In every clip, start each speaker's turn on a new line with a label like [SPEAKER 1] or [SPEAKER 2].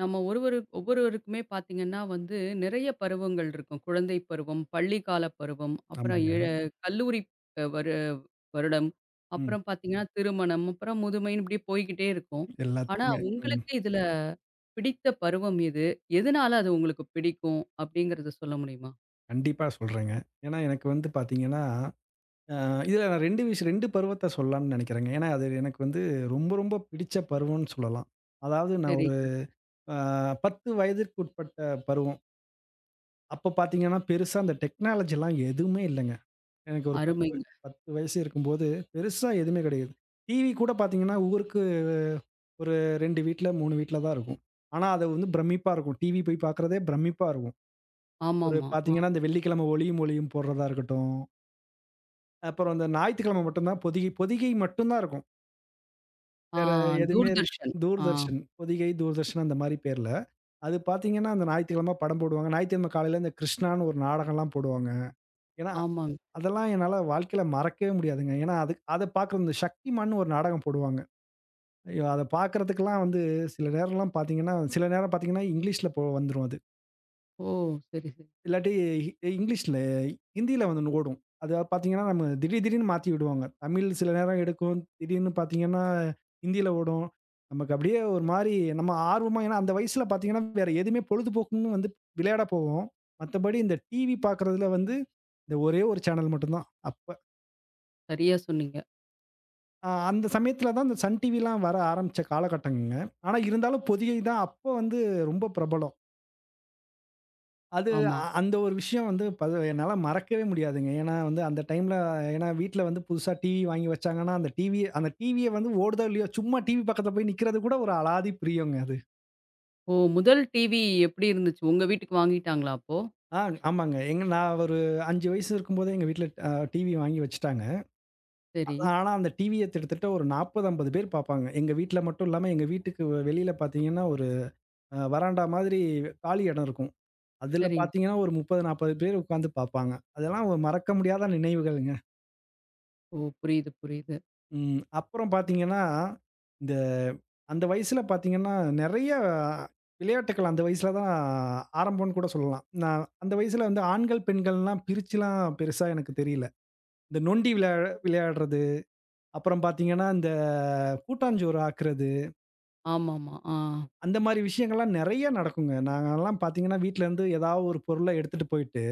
[SPEAKER 1] நம்ம ஒருவரு ஒவ்வொருவருக்குமே பார்த்தீங்கன்னா வந்து, நிறைய பருவங்கள் இருக்கும். குழந்தை பருவம், பள்ளிக்கால பருவம், அப்புறம் எ
[SPEAKER 2] ஆமாங்க.
[SPEAKER 1] ம்ஹ்ம். கல்லூரி அ வரு வருடம்,
[SPEAKER 2] ம்.
[SPEAKER 1] அப்புறம் பார்த்தீங்கன்னா திருமணம், அப்புறம் முதுமைன்னு இப்படியே போய்க்கிட்டே இருக்கும். ஆனா,
[SPEAKER 2] எல்லாத்துக்குமே.
[SPEAKER 1] ம்ஹ்ம்.
[SPEAKER 2] ம்.
[SPEAKER 1] உங்களுக்கு இதுல பிடித்த பருவம் எது? எதனால அது உங்களுக்கு பிடிக்கும்? அப்படிங்கிறத சொல்ல முடியுமா?
[SPEAKER 2] கண்டிப்பா சொல்றேங்க. ஏன்னா எனக்கு வந்து பார்த்தீங்கன்னா, அ இதுல நான் 2 விஷயம் 2 பருவத்த சொல்லலாம்னு நெனைக்கிறேங்க. ஏன்னா அது எனக்கு வந்து ரொம்ப ரொம்ப பிடிச்ச பருவம்னு சொல்லலாம். அதாவது நான் ஒரு
[SPEAKER 1] சரிங்க.
[SPEAKER 2] அ 10 வயதிற்கு உட்பட்ட பருவம். அப்ப பார்த்தீங்கன்னா, பெருசா அந்த டெக்னாலஜிலாம் எதுவுமே இல்லங்க. எனக்கு ஒரு 10
[SPEAKER 1] அருமைங்க.
[SPEAKER 2] 10 வயசு இருக்கும்போது பெருசா எதுவுமே கிடையாது. டிவி கூட பார்த்தீங்கன்னா, ஊருக்கு ஒரு 2 வீட்ல, 3 வீட்ல தான் இருக்கும். ஆனா, அது வந்து பிரமிப்பா இருக்கும். டிவி போய் பார்க்குறதே பிரமிப்பா இருக்கும். ஒரு
[SPEAKER 1] ஆமாமா. ஆ.
[SPEAKER 2] பார்த்தீங்கன்னா, இந்த வெள்ளிக்கிழமை ஒளியும் ஒலியும் போடுறதா இருக்கட்டும். அப்புறம் அந்த ஞாயித்துக்கிழமை மட்டும் தான் பொதிகை பொதிகை மட்டும் தான் இருக்கும்.
[SPEAKER 1] ஆ
[SPEAKER 2] வேற எதுவுமே
[SPEAKER 1] தூர்தர்ஷன். ஆ
[SPEAKER 2] தூர்தர்ஷன். பொதிகை, தூர்தர்ஷன் அந்த மாரி பேர்ல. அது பார்த்தீங்கன்னா, அந்த ஞாயித்துக்கிழமை படம் போடுவாங்க. ஞாயித்துக்கிழமை காலையில இந்த கிருஷ்ணான்னு ஒரு நாடகம்லாம் போடுவாங்க. ஏன்னா,
[SPEAKER 1] ஆமாங்க.
[SPEAKER 2] அதெல்லாம் என்னால வாழ்க்கையில மறக்கவே முடியாதுங்க. ஏன்னா, அது அத பார்க்குற இந்த சக்திமான்னு ஒரு நாடகம் போடுவாங்க. ஐயோ! அத பார்க்கறதுக்கெல்லாம் வந்து சில நேரம்லாம் பார்த்தீங்கன்னா, சில நேரம் பார்த்தீங்கன்னா, இங்கிலீஷ்ல வந்துரும் அது.
[SPEAKER 1] ஓ! சரி, சரி.
[SPEAKER 2] இல்லாட்டி இங்கிலீஷ்ல ஹிந்தியில வந்து ஓடும். அது பார்த்தீங்கன்னா, நம்ம திடீர் திடீர்னு மாத்தி விடுவாங்க. தமிழ் சில நேரம் எடுக்கும். திடீர்னு பார்த்தீங்கன்னா, ஹிந்தியில ஓடும். நமக்கு அப்படியே ஒரு மாரி நம்ம ஆர்வமா ஏன்னா அந்த வயசுல பார்த்தீங்கன்னா, வேற எதுவுமே பொழுதுபோக்குன்னு வந்து விளையாட போவோம். மத்தபடி இந்த டிவி பார்க்குறதுல வந்து இந்த ஒரே ஒரு சேனல் மட்டும் தான். அப்ப
[SPEAKER 1] சரியா சொன்னீங்க.
[SPEAKER 2] அந்த சமயத்தில தான் இந்த சன் டிவிலாம் வர ஆரம்பிச்ச காலகட்டங்கங்க. ஆனா இருந்தாலும் பொதிகை தான் அப்போ வந்து ரொம்ப பிரபலம். அது
[SPEAKER 1] ஆமா.
[SPEAKER 2] அந்த ஒரு விஷயம் வந்து என்னால மறக்கவே முடியாதுங்க. ஏன்னா வந்து அந்த டைம்ல ஏன்னா வீட்ல வந்து புதுசா டிவி வாங்கி வச்சாங்கன்னா, அந்த டிவிய வந்து ஓடுதோ இல்லையோ, சும்மா டிவி பக்கத்துல போய் நிக்கிறது கூட ஒரு அலாதி பிரியங்க அது.
[SPEAKER 1] ஓ! முதல் டிவி எப்படி இருந்துச்சு? உங்க வீட்டுக்கு வாங்கிட்டாங்களா அப்போ?
[SPEAKER 2] ஆ ஆமாங்க. எங்க நான் ஒரு 5 வயசு இருக்கும்போதே எங்க வீட்ல டிவி வாங்கி வச்சுட்டாங்க.
[SPEAKER 1] சரி,
[SPEAKER 2] ஆனா அந்த டிவிய கிட்டத்தட்ட ஒரு 40, 50 பேர் பாப்பாங்க. எங்க வீட்ல மட்டும் இல்லாம எங்க வீட்டுக்கு வெளியில பாத்தீங்கன்னா, ஒரு வராண்டா மாதிரி காலி இடம் இருக்கும். அதுல
[SPEAKER 1] சரிங்க.
[SPEAKER 2] பாத்தீங்கன்னா ஒரு 30, 40 பேர் உட்காந்து பாப்பாங்க. அதெல்லாம் ஒரு மறக்க முடியாத நினைவுகள்ங்க.
[SPEAKER 1] ஓ! புரியுது, புரியுது.
[SPEAKER 2] ம். அப்புறம் பார்த்தீங்கன்னா, இந்த அந்த வயசுல பார்த்தீங்கன்னா, நெறைய விளையாட்டுக்கள் அந்த வயசுல தான் ஆரம்பம்ன்னு கூட சொல்லலாம். நான் அந்த வயசுல வந்து ஆண்கள், பெண்கள்லாம் பிரிச்சுலாம் பெருசா எனக்கு தெரியல. இந்த நொண்டி விளையா விளையாடுறது, அப்புறம் பார்த்தீங்கன்னா, இந்த கூட்டாஞ்சோறு ஆக்குறது,
[SPEAKER 1] ஆமாமா. ஆ.
[SPEAKER 2] அந்த மாரி விஷயங்கள்லாம் நெறைய நடக்குங்க. நாங்கலாம் பார்த்தீங்கன்னா, வீட்லருந்து ஏதாவது ஒரு பொருள எடுத்துட்டு போயிட்டு,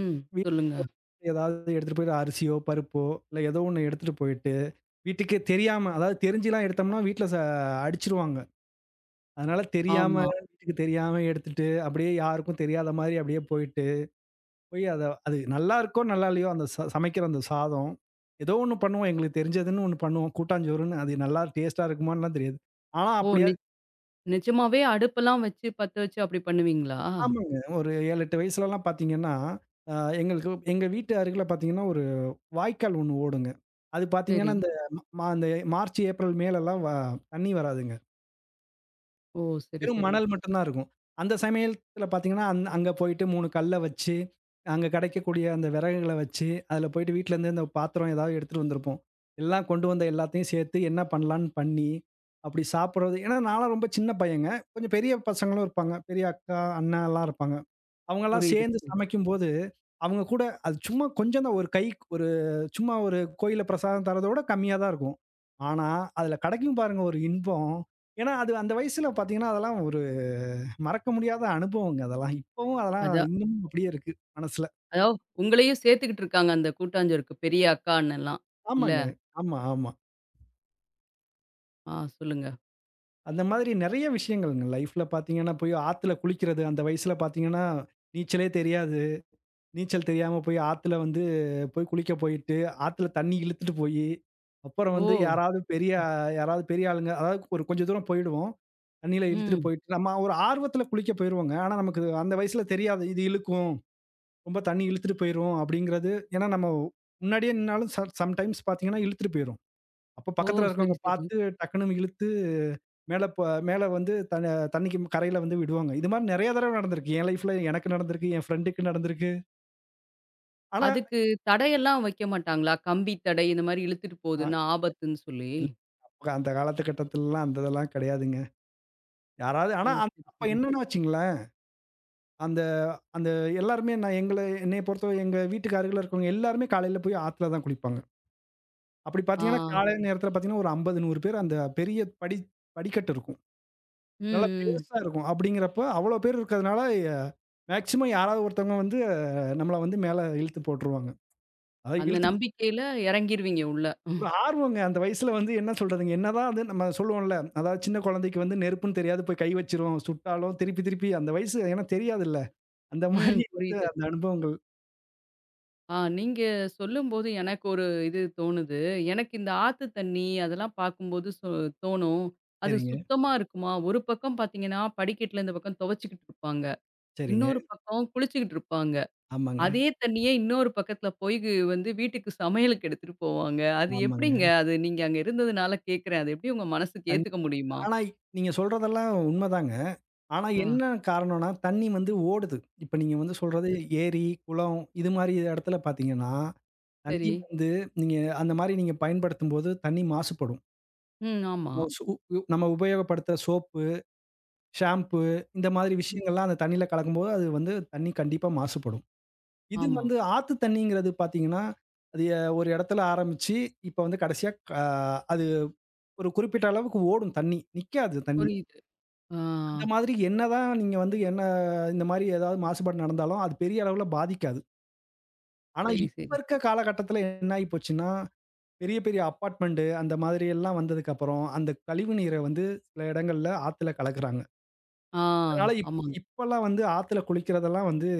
[SPEAKER 1] ம். சொல்லுங்க.
[SPEAKER 2] வீட்ல ஏதாவது எடுத்துட்டு போயிட்டு அரிசியோ, பருப்போ, இல்ல ஏதோ ஒண்ணு எடுத்துட்டு போயிட்டு, வீட்டுக்கே தெரியாம அதாவது தெரிஞ்சுலாம் எடுத்தோம்னா, வீட்ல அடிச்சுருவாங்க. அதனால தெரியாம,
[SPEAKER 1] ஆமா.
[SPEAKER 2] வீட்டுக்கு தெரியாம எடுத்துட்டு, அப்படியே யாருக்கும் தெரியாத மாரி அப்படியே போயிட்டு, போய் அத அது நல்லாருக்கோ, நல்லா இல்லையோ, அந்த சமைக்கிற அந்த சாதம், ஏதோ ஒண்ணு பண்ணுவோம். எங்களுக்கு தெரிஞ்சதுன்னு ஒண்ணு பண்ணுவோம். கூட்டாஞ்சோறுன்னு. அது நல்லா டேஸ்ட்டா இருக்குமான்னுலாம் தெரியாது. ஆனா
[SPEAKER 1] ஓ!
[SPEAKER 2] அப்படியா
[SPEAKER 1] நிஜமாவே அடுப்பெல்லாம் வச்சு பத்த வச்சு அப்படி பண்ணுவீங்களா?
[SPEAKER 2] ஆமாங்க. ஒரு 7, 8 வயசுலலாம் பார்த்தீங்கன்னா, அ எங்களுக்கு எங்க வீட்டு அருகில பார்த்தீங்கன்னா, ஒரு வாய்க்கால் ஒண்ணு ஓடுங்க. அது
[SPEAKER 1] சரி.
[SPEAKER 2] பார்த்தீங்கன்னா, இந்த அந்த மார்ச், ஏப்ரல், மேலலாம் தண்ணி வராதுங்க.
[SPEAKER 1] ஓ! சரி,
[SPEAKER 2] வெறும்
[SPEAKER 1] சரி.
[SPEAKER 2] மணல் மட்டும் தான் இருக்கும். அந்த சமயத்துல பார்த்தீங்கன்னா, அங்க போயிட்டு 3 கல்ல வச்சு, அங்க கிடைக்கக்கூடிய அந்த விறகுகள வச்சு, அதுல போயிட்டு வீட்லருந்து இந்த பாத்திரம் ஏதாவது எடுத்துட்டு வந்திருப்போம். எல்லாம் கொண்டு வந்த எல்லாத்தையும் சேர்த்து என்ன பண்ணலான்னு பண்ணி, அப்படி சாப்பிடுறது ஏன்னா நான்லாம் ரொம்ப சின்ன பையங்க. கொஞ்சம் பெரிய பசங்களும் இருப்பாங்க. பெரிய அக்கா, அண்ணாலாம் இருப்பாங்க. அவங்கலாம்
[SPEAKER 1] புரியுது,
[SPEAKER 2] சேர்ந்து
[SPEAKER 1] புரியுது.
[SPEAKER 2] சமைக்கும்போது, அவங்க கூட அது சும்மா கொஞ்சம் தான் ஒரு கை ஒரு சும்மா ஒரு கோயில்ல பிரசாதம் தர்றத விட கம்மியா தான் இருக்கும். ஆனா, அதுல கிடைக்கும் பாருங்க ஒரு இன்பம். ஏன்னா அது அந்த வயசுல பார்த்தீங்கன்னா, அதெல்லாம் மறக்க முடியாத அனுபவங்க அதெல்லாம். இப்பவும் அதெல்லாம்
[SPEAKER 1] அதா
[SPEAKER 2] இன்னமும் அப்படியே இருக்கு மனசுல.
[SPEAKER 1] அதாவது உங்களையும் சேர்த்துக்கிட்டு இருக்காங்க அந்த கூட்டாஞ்சோறுக்கு பெரிய அக்கா, அண்ணன்லாம். இல்ல?
[SPEAKER 2] ஆமாங்க. ஆமா, ஆமா.
[SPEAKER 1] ஆ சொல்லுங்க.
[SPEAKER 2] அந்த மாதிரி நெறைய விஷயங்கள்ங்க. லைஃப்ல பார்த்தீங்கன்னா, போய் ஆத்துல குளிக்கிறது அந்த வயசுல பார்த்தீங்கன்னா, நீச்சலே தெரியாது. நீச்சல் தெரியாம போய் ஆத்துல வந்து போய் குளிக்க போயிட்டு, ஆத்துல தண்ணி இழுத்துட்டு போயி, அப்புறம் வந்து
[SPEAKER 1] ஓ!
[SPEAKER 2] யாராவது பெரிய ஆளுங்க அதாவது ஒரு கொஞ்சம் தூரம் போயிடுவோம். தண்ணீல இழுத்துட்டு
[SPEAKER 1] ம்.
[SPEAKER 2] போயிட்டு, நம்ம ஒரு ஆர்வத்துல குளிக்க போயிருவோங்க. ஆனா, நமக்கு அந்த வயசுல தெரியாது. இது இழுக்கும். ரொம்ப தண்ணி இழுத்துட்டு போயிரும் அப்படிங்கிறது ஏன்னா நம்ம முன்னாடியே நின்னாலும் சம்டைம்ஸ் பார்த்தீங்கன்னா இழுத்துட்டு போயிரும். அப்போ
[SPEAKER 1] ஓ!
[SPEAKER 2] பக்கத்துல
[SPEAKER 1] சரி,
[SPEAKER 2] இருக்கவங்க
[SPEAKER 1] சரி.
[SPEAKER 2] பார்த்து டக்குன்னு இழுத்து மேல ப மேல வந்து தண்ணிக்கு கரையில வந்து விடுவாங்க. இது மாரி நெறைய தடவ நடந்திருக்கு. என் லைஃப்ல எனக்கு நடந்திருக்கு. என் ஃப்ரெண்டுக்கு நடந்திருக்கு. ஆனா
[SPEAKER 1] அதுக்கு தடையெல்லாம் வைக்க மாட்டாங்களா? கம்பி தடை இந்த மாரி இழுத்துட்டு
[SPEAKER 2] அ
[SPEAKER 1] போதுன்னா ஆபத்துன்னு சொல்லி.
[SPEAKER 2] இல்ல அந்த காலத்துகட்டத்துலலாம் அந்த இதெல்லாம் கிடையாதுங்க. யாராவது
[SPEAKER 1] ஓ!
[SPEAKER 2] ஆனா
[SPEAKER 1] சரி,
[SPEAKER 2] அப்ப
[SPEAKER 1] சரி.
[SPEAKER 2] என்னன்னு வச்சுங்களேன், அந்த அந்த எல்லாருமே நான் எங்கள என்னைய பொறுத்தவரை எங்க வீட்டுக்கு அருகில இருக்கவங்க எல்லாருமே காலையில போய் ஆத்துல தான் குளிப்பாங்க. அப்படி
[SPEAKER 1] ஆ.
[SPEAKER 2] பார்த்தீங்கன்னா, காலை நேரத்தில பார்த்தீங்கன்னா, ஒரு 50, 100 பேர் அந்த பெரிய படி படிக்கட்டு இருக்கும்.
[SPEAKER 1] ம்,
[SPEAKER 2] நல்லா
[SPEAKER 1] ம்.
[SPEAKER 2] பெருசா இருக்கும். அப்படிங்கிறப்ப, அவ்வளோ பேர் இருக்கிறதுனால, மேக்ஸிமம் யாராவது ஒருத்தவங்க வந்து நம்மள வந்து மேல இழுத்து போட்டுருவாங்க. அதாவது
[SPEAKER 1] அந்த நம்பிக்கையில இறங்கிருவீங்க உள்ள.
[SPEAKER 2] ஒரு ஆர்வங்க. அந்த வயசுல வந்து என்ன சொல்றதுங்க, என்னதான் அது நம்ம சொல்லுவோம்ல, அதாவது சின்ன குழந்தைக்கு வந்து நெருப்புன்னு தெரியாது, போய் கை வச்சிரும். சுட்டாலும் திருப்பி திருப்பி அந்த வயசு ஏன்னா தெரியாதுல்ல. அந்த மாரி
[SPEAKER 1] ம்
[SPEAKER 2] வந்து
[SPEAKER 1] புரியுது.
[SPEAKER 2] அந்த அனுபவங்கள்.
[SPEAKER 1] ஆ நீங்க சொல்லும்போது எனக்கு ஒரு இது தோணுது. எனக்கு இந்த ஆத்து தண்ணி அதெல்லாம் பார்க்கும்போது தோணும். அது
[SPEAKER 2] சரிங்க,
[SPEAKER 1] சுத்தமா இருக்குமா? ஒரு பக்கம் பார்த்தீங்கன்னா, படிக்கட்டுல இந்த பக்கம் துவைச்சுக்கிட்டு இருப்பாங்க.
[SPEAKER 2] சரிங்க.
[SPEAKER 1] இன்னொரு பக்கம் குளிச்சுக்கிட்டு இருப்பாங்க.
[SPEAKER 2] ஆமாங்க,
[SPEAKER 1] அதே தண்ணியே இன்னொரு பக்கத்துல போய் வந்து வீட்டுக்கு சமையலுக்கு எடுத்துட்டு போவாங்க. அது
[SPEAKER 2] ஆமாங்க.
[SPEAKER 1] எப்படிங்க? அது நீங்க அங்க இருந்ததுனால கேட்கிறேன். அது எப்படி உங்க மனசுக்கு
[SPEAKER 2] கண்
[SPEAKER 1] ஏத்துக்க முடியுமா?
[SPEAKER 2] ஆனா நீங்க சொல்றதெல்லாம் உண்மதாங்க. ஆனா
[SPEAKER 1] ஆ
[SPEAKER 2] என்ன காரணம்னா, தண்ணி வந்து ஓடுது. இப்ப நீங்க வந்து சொல்றது ஏரி, குளம் இது மாரி இடத்துல பார்த்தீங்கன்னா தண்ணீ
[SPEAKER 1] சரி.
[SPEAKER 2] வந்து நீங்க அந்த மாரி நீங்க பயன்படுத்தும்போது தண்ணீ மாசுபடும்.
[SPEAKER 1] ம் ஆமா.
[SPEAKER 2] நம்ம சு உ நம்ம உபயோகப்படுத்துற சோப்பு, ஷாம்பு இந்த மாதிரி
[SPEAKER 1] ம்.
[SPEAKER 2] விஷயங்கள்லாம் அந்த தண்ணீல கலக்கும்போது, அது வந்து தண்ணீ கண்டிப்பா மாசுபடும். இது
[SPEAKER 1] ஆமா.
[SPEAKER 2] வந்து ஆத்து தண்ணீங்கிறது பார்த்தீங்கன்னா, அது ஒரு இடத்துல ஆரம்பிச்சு, இப்ப வந்து கடைசியா அது ஒரு குறிப்பிட்ட அளவுக்கு ஓடும் தண்ணீ. நிக்காது தண்ணீ.
[SPEAKER 1] புரியுது. ஆ.
[SPEAKER 2] அந்த மாதிரி என்னதான் நீங்க வந்து என்ன இந்த மாரி ஏதாவது மாசுபாடு நடந்தாலும், அது பெரிய அளவுல பாதிக்காது. ஆனா
[SPEAKER 1] சரி,
[SPEAKER 2] இப்ப
[SPEAKER 1] சரி.
[SPEAKER 2] இருக்க காலகட்டத்தில என்ன ஆகி போச்சுன்னா பெரிய பெரிய அப்பார்ட்மெண்ட் அந்த மாதிரி எல்லாம் வந்ததுக்கு அப்புறம், அந்த கழிவு நீர வந்து சில இடங்கள்ல ஆத்துல கலக்குறாங்க.
[SPEAKER 1] ஆ,
[SPEAKER 2] அதனால
[SPEAKER 1] ஆமாங்க.
[SPEAKER 2] இப்பல்லாம் வந்து ஆத்துல குளிக்கிறதெல்லாம் வந்து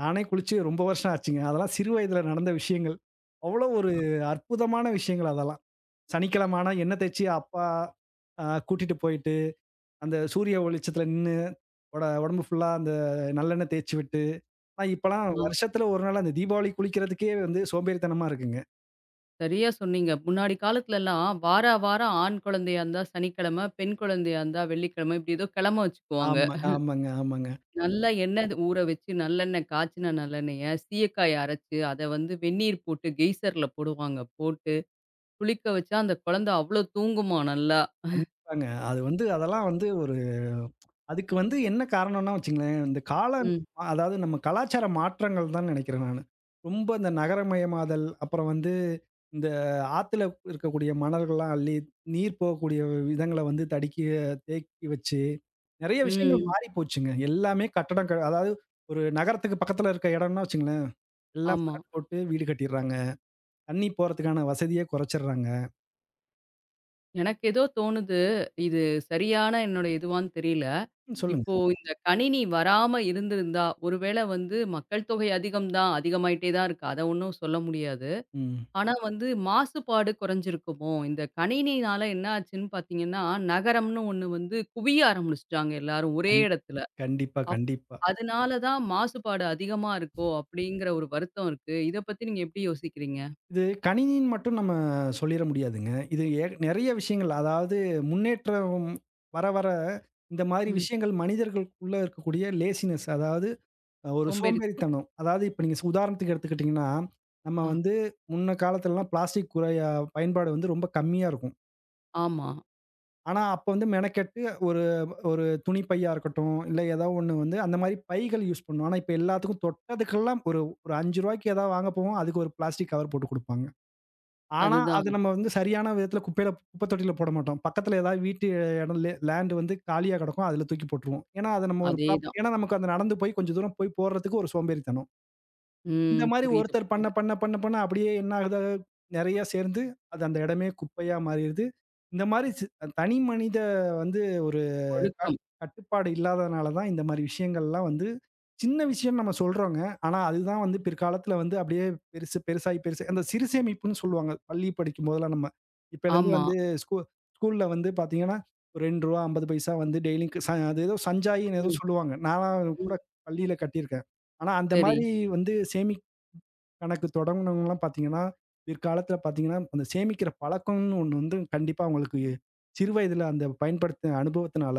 [SPEAKER 2] நானே குளிச்சு ரொம்ப வருஷம் ஆச்சுங்க. அதெல்லாம் சிறு வயதுல நடந்த விஷயங்கள். அவ்வளோ ஒரு
[SPEAKER 1] ஆ,
[SPEAKER 2] அற்புதமான விஷயங்கள் அதெல்லாம். சனிக்கிழம ஆனா எண்ணெய் தேய்ச்சு அப்பா கூட்டிட்டு போயிட்டு, அந்த சூரிய வெளிச்சத்துல நின்னு உடம்பு ஃபுல்லா அந்த நல்லெண்ணெய் தேய்ச்சு விட்டு, ஆனா இப்பல்லாம்
[SPEAKER 1] ஆ.
[SPEAKER 2] வருஷத்துல ஒரு நாள் அந்த தீபாவளி குளிக்கிறதுக்கே வந்து சோம்பேறித்தனமா இருக்குங்க.
[SPEAKER 1] சரியா சொன்னீங்க. முன்னாடி காலத்துலலாம் வாரா வாரம் ஆண் குழந்தையா இருந்தா சனிக்கிழமை, பெண் குழந்தையா இருந்தா வெள்ளிக்கிழமை இப்படி ஏதோ கிழமை வச்சுக்குவாங்க.
[SPEAKER 2] ஆமா, ஆமாங்க, ஆமாங்க.
[SPEAKER 1] நல்லா எண்ணெய் ஊற வச்சு நல்லெண்ணெய் காய்ச்சின நல்லெண்ணெய சீயக்காய அரைச்சு, அத வந்து வெந்நீர் போட்டு கெய்சர்ல போடுவாங்க. போட்டு குளிக்க வச்சா அந்த குழந்தை அவ்ளோ தூங்குமாம் நல்லா.
[SPEAKER 2] கண்டிப்பாங்க. அது வந்து அதெல்லாம் வந்து ஒரு அதுக்கு வந்து என்ன காரணம்னா வச்சுங்களேன், இந்த கால
[SPEAKER 1] ம்,
[SPEAKER 2] அதாவது நம்ம கலாச்சார மாற்றங்கள் தான் நினைக்கிறேன் நானு. ரொம்ப இந்த நகரமயமாதல், அப்புறம் வந்து இந்த ஆத்துல இருக்கக்கூடிய மணல்கள்லாம் அள்ளி, நீர் போகக்கூடிய விதங்கள வந்து தடுக்கி தேக்கி வச்சு, நெறைய விஷயங்கள்
[SPEAKER 1] ம்.
[SPEAKER 2] மாறி போச்சுங்க. எல்லாமே கட்டடம் அதாவது ஒரு நகரத்துக்கு பக்கத்துல இருக்க இடம்னா வச்சுங்களேன், எல்லாம்
[SPEAKER 1] ஆமா.
[SPEAKER 2] ஃபிளாட் போட்டு வீடு கட்டிர்றாங்க. தண்ணி போறதுக்கான வசதியே குறைச்சர்றாங்க.
[SPEAKER 1] எனக்கு ஏதோ தோணுது, இது சரியான என்னோட இதுவான்னு தெரியல.
[SPEAKER 2] ம் சொல்லுங்க.
[SPEAKER 1] இப்போ இந்த கணினி வராம இருந்திருந்தா, ஒருவேளை வந்து மக்கள் தொகை அதிகம் தான், அதிகமாயிட்டே தான் இருக்கு. அத ஒண்ணும் சொல்ல முடியாது.
[SPEAKER 2] ம்.
[SPEAKER 1] ஆனா வந்து மாசுபாடு குறைஞ்சிருக்குமோ? இந்த கணினியினால என்ன ஆச்சுன்னு பார்த்தீங்கன்னா, நகரம்னு ஒண்ணு வந்து குவிய ஆரம்பிச்சுட்டாங்க எல்லாரும் ஒரே
[SPEAKER 2] கண்
[SPEAKER 1] இடத்துல.
[SPEAKER 2] கண்டிப்பா,
[SPEAKER 1] அப்
[SPEAKER 2] கண்டிப்பா.
[SPEAKER 1] அதனால தான் மாசுபாடு அதிகமா இருக்கோ? அப்படிங்கிற ஒரு வருத்தம் இருக்கு. இத பத்தி நீங்க எப்படி யோசிக்கிறீங்க?
[SPEAKER 2] இது கணினின்னு மட்டும் நம்ம சொல்லிற முடியாதுங்க. இது நெறைய விஷயங்கள் அதாவது முன்னேற்றம் வர வர இந்த மாரி
[SPEAKER 1] ம்.
[SPEAKER 2] விஷயங்கள் மனிதர்களுக்குள்ள இருக்கக்கூடிய லேசினஸ் அதாவது ஒரு
[SPEAKER 1] சோம்பேறி
[SPEAKER 2] சோம்பேறித்தனம். அதாவது இப்ப நீங்க உதாரணத்துக்கு எடுத்துக்கிட்டீங்கன்னா, நம்ம
[SPEAKER 1] ஆ
[SPEAKER 2] வந்து முன்ன காலத்துலலாம் பிளாஸ்டிக் குறையா பயன்பாடு வந்து ரொம்ப கம்மியா இருக்கும்.
[SPEAKER 1] ஆமா.
[SPEAKER 2] ஆனா அப்ப வந்து மெனக்கெட்டு ஒரு ஒரு துணி பையா இருக்கட்டும், இல்ல ஏதோ ஒண்ணு வந்து அந்த மாரி பைகள் யூஸ் பண்ணுவோம். ஆனா இப்ப எல்லாத்துக்கும் தொட்டதுக்கெல்லாம் ஒரு ஒரு ரூ. 5க்கு ஏதாவது வாங்க போவோம். அதுக்கு ஒரு பிளாஸ்டிக் கவர் போட்டு குடுப்பாங்க. ஆனா, அது
[SPEAKER 1] அதுதான்.
[SPEAKER 2] நம்ம வந்து சரியான விதத்துல குப்பையில குப்பை தொட்டியில போட மாட்டோம். பக்கத்துல ஏதாவது வீட்டு இடம் லேண்ட் வந்து காலியா கிடக்கும். அதுல தூக்கி போட்டுருவோம். ஏன்னா, அத நம்ம ஒரு ப்ராப்
[SPEAKER 1] அதேதான்.
[SPEAKER 2] ஏன்னா நமக்கு அந்த நடந்து போய் கொஞ்சம் தூரம் போய் போடுறதுக்கு ஒரு சோம்பேறித்தனம். இந்த
[SPEAKER 1] ம்.
[SPEAKER 2] மாரி
[SPEAKER 1] புரியுது,
[SPEAKER 2] ஒருத்தர் பண்ண,
[SPEAKER 1] புரியுது.
[SPEAKER 2] பண்ண, பண்ண, பண்ண அப்படியே என்ன ஆகுது? நெறைய சேர்ந்து, அது அந்த இடமே குப்பையா மாறிருது. இந்த மாரி தனி மனித வந்து ஒரு க
[SPEAKER 1] ஒழுக்கம்.
[SPEAKER 2] கட்டுப்பாடு இல்லாதனால தான் இந்த மாரி விஷயங்கள்லாம் வந்து சின்ன விஷயம்னு நம்ம சொல்றோங்க. ஆனா அதுதான் வந்து பிற்காலத்துல வந்து அப்படியே பெருசு பெருசாகி பெருசு அந்த சிறு சேமிப்புன்னு சொல்லுவாங்க. பள்ளி படிக்கும்போதெல்லாம் நம்ம. இப்பலேருந்து
[SPEAKER 1] ஆமா.
[SPEAKER 2] வந்து ஸ்கூ ஸ்கூல்ல வந்து பார்த்தீங்கன்னா, ரூ. 2 50 பைசா வந்து டெய்லிக்கு அது ஏதோ சஞ்சாயின்னு ஏதோ
[SPEAKER 1] ம்,
[SPEAKER 2] சொல்லுவாங்க. நான்லாம்
[SPEAKER 1] ம்.
[SPEAKER 2] கூட பள்ளியில கட்டியிருக்கேன். ஆனா அந்த
[SPEAKER 1] சரி.
[SPEAKER 2] மாரி வந்து கணக்கு தொடங்குனவங்கலாம் பார்த்தீங்கன்னா, பிற்காலத்தில பார்த்தீங்கன்னா, அந்த சேமிக்கிற பழக்கம்ன்னு ஒண்ணு வந்து கண்டிப்பா அவங்களுக்கு சிறு வயதில அந்த பயன்படுத்தின அனுபவத்தினால,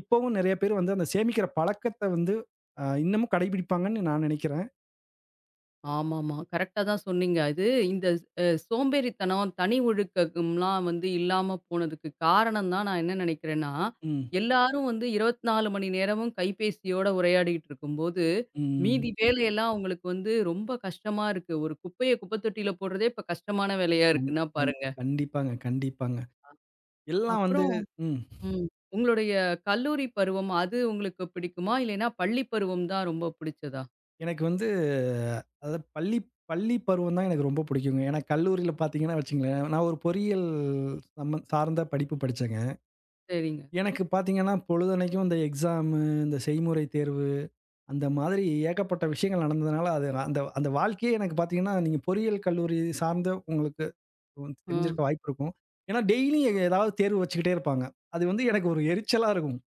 [SPEAKER 2] இப்பவும் நெறைய பேர் வந்து அந்த சேமிக்கிற பழக்கத்த வந்து இன்னமும் கடைபிடிப்பாங்கன்னு நான் நெனைக்கிறேன்.
[SPEAKER 1] ஆமாமா. கரெக்ட்டா தான் சொன்னீங்க. அது இந்த சோம்பேறித்தனம், தனி ஒழுக்கம்லாம் வந்து இல்லாம போனதுக்கு காரணம் தான் நான் என்ன நினைக்கிறேன்னா,
[SPEAKER 2] ம்.
[SPEAKER 1] எல்லாரும் வந்து 24 மணி நேரமும் கைபேசியோட உரையாடிட்டு இருக்கும்போது,
[SPEAKER 2] ம்.
[SPEAKER 1] மீதி வேலையெல்லாம் அவங்களுக்கு வந்து ரொம்ப கஷ்டமா இருக்கு. ஒரு குப்பைய குப்பை தொட்டியில போடுறதே இப்ப கஷ்டமான வேலையா
[SPEAKER 2] ம்.
[SPEAKER 1] இருக்குன்னா
[SPEAKER 2] கண்
[SPEAKER 1] பாருங்க.
[SPEAKER 2] கண்டிப்பாங்க, கண்டிப்பாங்க. எல்லாம் வந்து
[SPEAKER 1] அப்புறம்
[SPEAKER 2] ம்.
[SPEAKER 1] ம். உங்களுடைய கல்லூரி பருவம் அது உங்களுக்கு பிடிக்குமா? இல்லைன்னா பள்ளி பருவம் தான் ரொம்ப பிடிச்சதா?
[SPEAKER 2] எனக்கு வந்து அதாவது பள்ளி பள்ளி பருவம் தான் எனக்கு ரொம்ப புடிக்குங்க. ஏன்னா கல்லூரியில பார்த்தீங்கன்னா வச்சுக்கங்களேன், நான் ஒரு பொறியியல் சார்ந்த படிப்பு படிச்சேங்க.
[SPEAKER 1] சரிங்க.
[SPEAKER 2] எனக்கு பார்த்தீங்கன்னா, பொழுதன்னைக்கும் இந்த எக்ஸாமு, இந்த செய்முறை தேர்வு, அந்த மாதிரி ஏகப்பட்ட விஷயங்கள் நடந்ததுனால, அது நான் அந்த அந்த வாழ்க்கையே எனக்கு பார்த்தீங்கன்னா, நீங்க பொறியியல் கல்லூரி சார்ந்த உங்களுக்கு
[SPEAKER 1] ஆ.
[SPEAKER 2] தெரிஞ்சிருக்க வாய்ப்பு இருக்கும். ஏன்னா டெய்லியும் ஏதாவது தேர்வு வச்சுக்கிட்டே இருப்பாங்க. அது வந்து எனக்கு ஒரு எரிச்சலா இருக்கும்.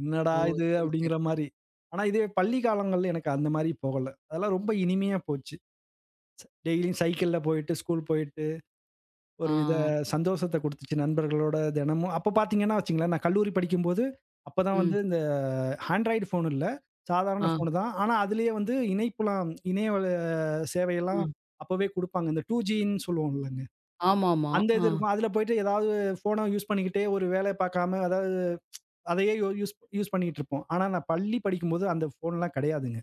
[SPEAKER 2] "என்னடா
[SPEAKER 1] ஓ!
[SPEAKER 2] இது?"
[SPEAKER 1] சரி,
[SPEAKER 2] அப்படிங்கிற
[SPEAKER 1] சரி.
[SPEAKER 2] மாரி. ஆனா இதே பள்ளி காலங்கள்ல எனக்கு அந்த மாரி போகல. அதெல்லாம் ரொம்ப இனிமையா போச்சு. டெய்லியும் சைக்கிள்ல போயிட்டு, ஸ்கூல் போயிட்டு, ஒரு வித
[SPEAKER 1] ஆ.
[SPEAKER 2] சந்தோஷத்த குடுத்துச்சு நண்பர்களோட தினமும். அப்ப பார்த்தீங்கன்னா வச்சுக்கங்களேன், நான் கல்லூரி படிக்கும்போது, அப்பதான் வந்து
[SPEAKER 1] ம்.
[SPEAKER 2] ஆண்ட்ராய்டு ஃபோன் இல்ல. சாதாரண
[SPEAKER 1] ஆ.
[SPEAKER 2] ஃபோனு தான். ஆனா, அதிலேயே வந்து இணைப்புலாம் சேவையெல்லாம்
[SPEAKER 1] அ.
[SPEAKER 2] அப்பவே குடுப்பாங்க. இந்த 2ஜின்னு சொல்லுவோம் இல்லங்க.
[SPEAKER 1] ஆமாமா.
[SPEAKER 2] அந்த
[SPEAKER 1] ஆ,
[SPEAKER 2] இது இருக்கும். அதில போயிட்டு ஏதாவது ஃபோன யூஸ் பண்ணிக்கிட்டே ஒரு வேலைய பார்க்காம அதாவது அதையே யூ யூஸ் யூஸ் பண்ணிக்கிட்டு இருப்போம். ஆனா, நான் பள்ளி படிக்கும்போது அந்த ஃபோன்லாம் கிடையாதுங்க.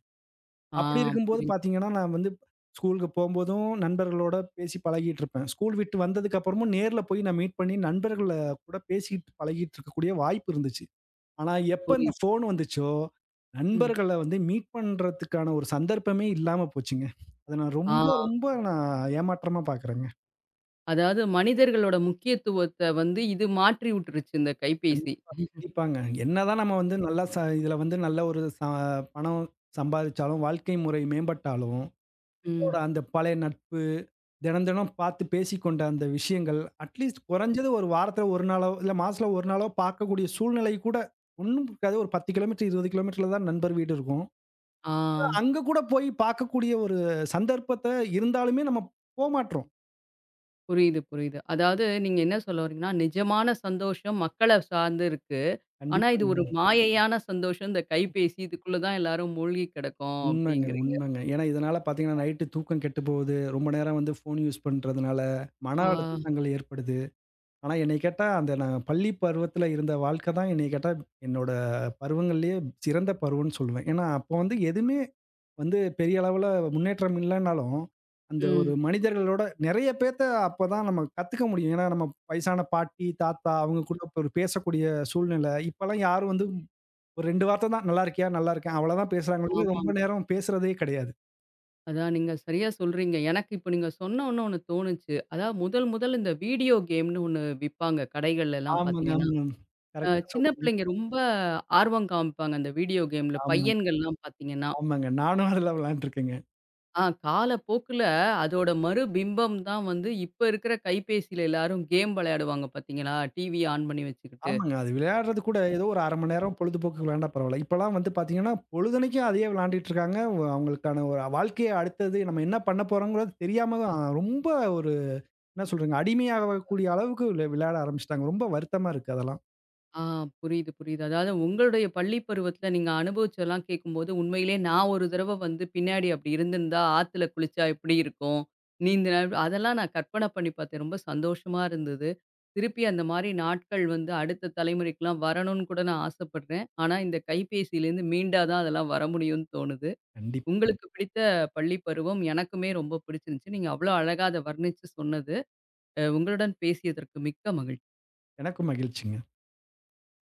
[SPEAKER 1] ஆ
[SPEAKER 2] அப்படி இருக்கும்போது
[SPEAKER 1] புரியுது,
[SPEAKER 2] பார்த்தீங்கன்னா, நான் வந்து ஸ்கூலுக்கு போம்போதும் நண்பர்களோட பேசி பழகிட்டு இருப்பேன். ஸ்கூல் விட்டு வந்ததுக்கு அப்புறமும் நேர்ல போய் நான் மீட் பண்ணி நண்பர்கள கூட பேசிட்டு பழகிட்டு இருக்கக்கூடிய வாய்ப்பு இருந்துச்சு. ஆனா, எப்ப இந்த
[SPEAKER 1] புரியுது.
[SPEAKER 2] ஃபோன் வந்துச்சோ,
[SPEAKER 1] ம்.
[SPEAKER 2] நண்பர்கள வந்து மீட் பண்றதுக்கான ஒரு சந்தர்ப்பமே இல்லாம போச்சுங்க. அத நான் ரொம்ப,
[SPEAKER 1] ஆ
[SPEAKER 2] ரொம்ப நான் ஏமாற்றமா பார்க்குறேங்க.
[SPEAKER 1] அதாவது மனிதர்களோட முக்கியத்துவத்த வந்து இது மாற்றி விட்டுருச்சு இந்த கைபேசி.
[SPEAKER 2] கண்டிப்பாங்க. என்னதான் நம்ம வந்து நல்லா இதுல வந்து நல்ல ஒரு பணம் சம்பாதிச்சாலும், வாழ்க்கை முறை மேம்பட்டாலும்,
[SPEAKER 1] ம்.
[SPEAKER 2] நம்மளோட அந்த பழைய நட்பு, தினம் தினம் பார்த்து பேசிக்கொண்ட அந்த விஷயங்கள், அட்லீஸ்ட்
[SPEAKER 1] ம்.
[SPEAKER 2] குறைஞ்சது ஒரு வாரத்துல 1 நாளோ, இல்ல மாசத்துல 1 நாளோ பார்க்கக்கூடிய சூழ்நிலை கூட ஒண்ணும் இருக்காது. ஒரு 10 கிலோமீட்டர், 20 கிலோமீட்டர்ல தான் நண்பர் வீடு இருக்கும்.
[SPEAKER 1] ஆ
[SPEAKER 2] அங்க கூட போய் பார்க்கக்கூடிய ஒரு சந்தர்ப்பத்த இருந்தாலுமே நம்ம போமாட்றோம்.
[SPEAKER 1] புரியுது, புரியுது. அதாவது நீங்க என்ன சொல்ல வரீங்கன்னா, நிஜமான சந்தோஷம் மக்கள சார்ந்து இருக்கு. ஆனா இது ஒரு
[SPEAKER 2] கண்டிப்பாங்க.
[SPEAKER 1] மாயையான சந்தோஷம் இந்த கைபேசி இதுக்குள்ள தான் எல்லாரும் மூழ்கி கிடக்கோம்
[SPEAKER 2] உண்மங்க,
[SPEAKER 1] அப்டிங்கிறீங்க.
[SPEAKER 2] உண்மங்க. ஏன்னா இதனால பார்த்தீங்கன்னா, நைட்டு தூக்கம் கெட்டு போகுது. ரொம்ப நேரம் வந்து ஃபோன் யூஸ் பண்றதுனால, மன
[SPEAKER 1] ஆ,
[SPEAKER 2] அழுத்தங்கள் ஏற்படுது. ஆனா என்னைய கேட்டா, அந்த நான் பள்ளி பருவத்துல இருந்த வாழ்க்கை தான் என்னைய கேட்டா, என்னோட பருவங்கள்லயே சிறந்த பருவம்ன்னு சொல்லுவேன். ஏன்னா, அப்போ வந்து எதுவுமே வந்து பெரிய அளவுல முன்னேற்றம் இல்லன்னாலும், அந்த ஒரு
[SPEAKER 1] ம்.
[SPEAKER 2] மனிதர்களோட நெறைய பேத்த அப்பதான் நம்ம கத்துக்க முடியும். ஏன்னா, நம்ம வயசான பாட்டி, தாத்தா அவங்க கூட இப்ப ஒரு பேசக்கூடிய சூழ்நிலை. இப்பலாம் யாரும் வந்து ஒரு 2 வார்த்த தான் "நல்லா இருக்கியா? நல்லா இருக்கேன்." அவ்வளதான் பேசுறாங்களே ஒழிய, ரொம்ப
[SPEAKER 1] ஆமாங்க.
[SPEAKER 2] நேரம் பேசுறதே கெடையாது.
[SPEAKER 1] அதான் நீங்க சரியா சொல்றீங்க. எனக்கு இப்ப நீங்க சொன்ன ஒன்னே ஒண்ணு தோணுச்சு. அதாவது முதல் முதல் இந்த வீடியோ கேம்னு ஒண்ணு விப்பாங்க கடைகள்லலாம்
[SPEAKER 2] ஆமாங்க,
[SPEAKER 1] பார்த்தீங்கன்னா
[SPEAKER 2] ஆமாங்க.
[SPEAKER 1] அ
[SPEAKER 2] கரெக்ட்டா
[SPEAKER 1] சின்ன
[SPEAKER 2] சொன்னீங்க.
[SPEAKER 1] பிள்ளைங்க ரொம்ப ஆர்வம் காமிப்பாங்க அந்த வீடியோ கேம்ல.
[SPEAKER 2] ஆமாங்க,
[SPEAKER 1] பையன்கள்லாம் பார்த்தீங்கன்னா.
[SPEAKER 2] ஆமாங்க. நானும் அதுல விளையாண்டுருக்கேங்க.
[SPEAKER 1] ஆ காலப்போக்குல அதோட மறுபிம்பம் தான் வந்து இப்ப இருக்கிற கைபேசியில எல்லாரும் கேம் விளையாடுவாங்க பார்த்தீங்களா? டிவி ஆன் பண்ணி வச்சுக்கிட்டு.
[SPEAKER 2] ஆமாங்க. அது விளையாடுறது கூட ஏதோ ஒரு 1/2 மணி நேரம் பொழுதுபோக்குக்கு விளையாண்டா பரவால்ல. இப்பலாம் வந்து பார்த்தீங்கன்னா, பொழுதன்னைக்கும் அதையே விளையாண்டுட்டு இருக்காங்க. அவங்களுக்கான ஒரு வாழ்க்கைய அடுத்தது நம்ம என்ன பண்ண போறோம்ங்கிறது தெரியாம ரொம்ப ஒரு என்ன சொல்றதுங்க, அடிமையாகக்கூடிய அளவுக்கு விளையாட ஆரம்பிச்சுட்டாங்க. ரொம்ப வருத்தமா இருக்கு அதெல்லாம்.
[SPEAKER 1] ஆ புரியுது, புரியுது. அதாவது உங்களுடைய பள்ளி பருவத்தில நீங்க அனுபவிச்சதெல்லாம் கேட்கும்போது, உண்மையிலே நான் ஒரு தடவ வந்து பின்னாடி அப்படி இருந்திருந்தா, ஆத்துல குளிச்சா எப்படி இருக்கும்? நீந்தினா அதெல்லாம் நான் கற்பனை பண்ணி பார்த்தேன். ரொம்ப சந்தோஷமா இருந்தது. திருப்பி அந்த மாரி நாட்கள் வந்து அடுத்த தலைமுறைக்குலாம் வரணும்னு கூட நான் ஆசைப்படுறேன். ஆனா, இந்த கைபேசியிலேருந்து மீண்டா தான் அதெல்லாம் வர முடியும்னு தோணுது.
[SPEAKER 2] கண்டிப்
[SPEAKER 1] உங்களுக்கு பிடித்த பள்ளி பருவம் எனக்குமே ரொம்ப பிடிச்சிருந்துச்சு. நீங்க அவ்வளோ அழகா அத வர்ணிச்சு சொன்னது. அ உங்களுடன் பேசியதற்கு மிக்க மகிழ்ச்சி.
[SPEAKER 2] எனக்கும் மகிழ்ச்சிங்க.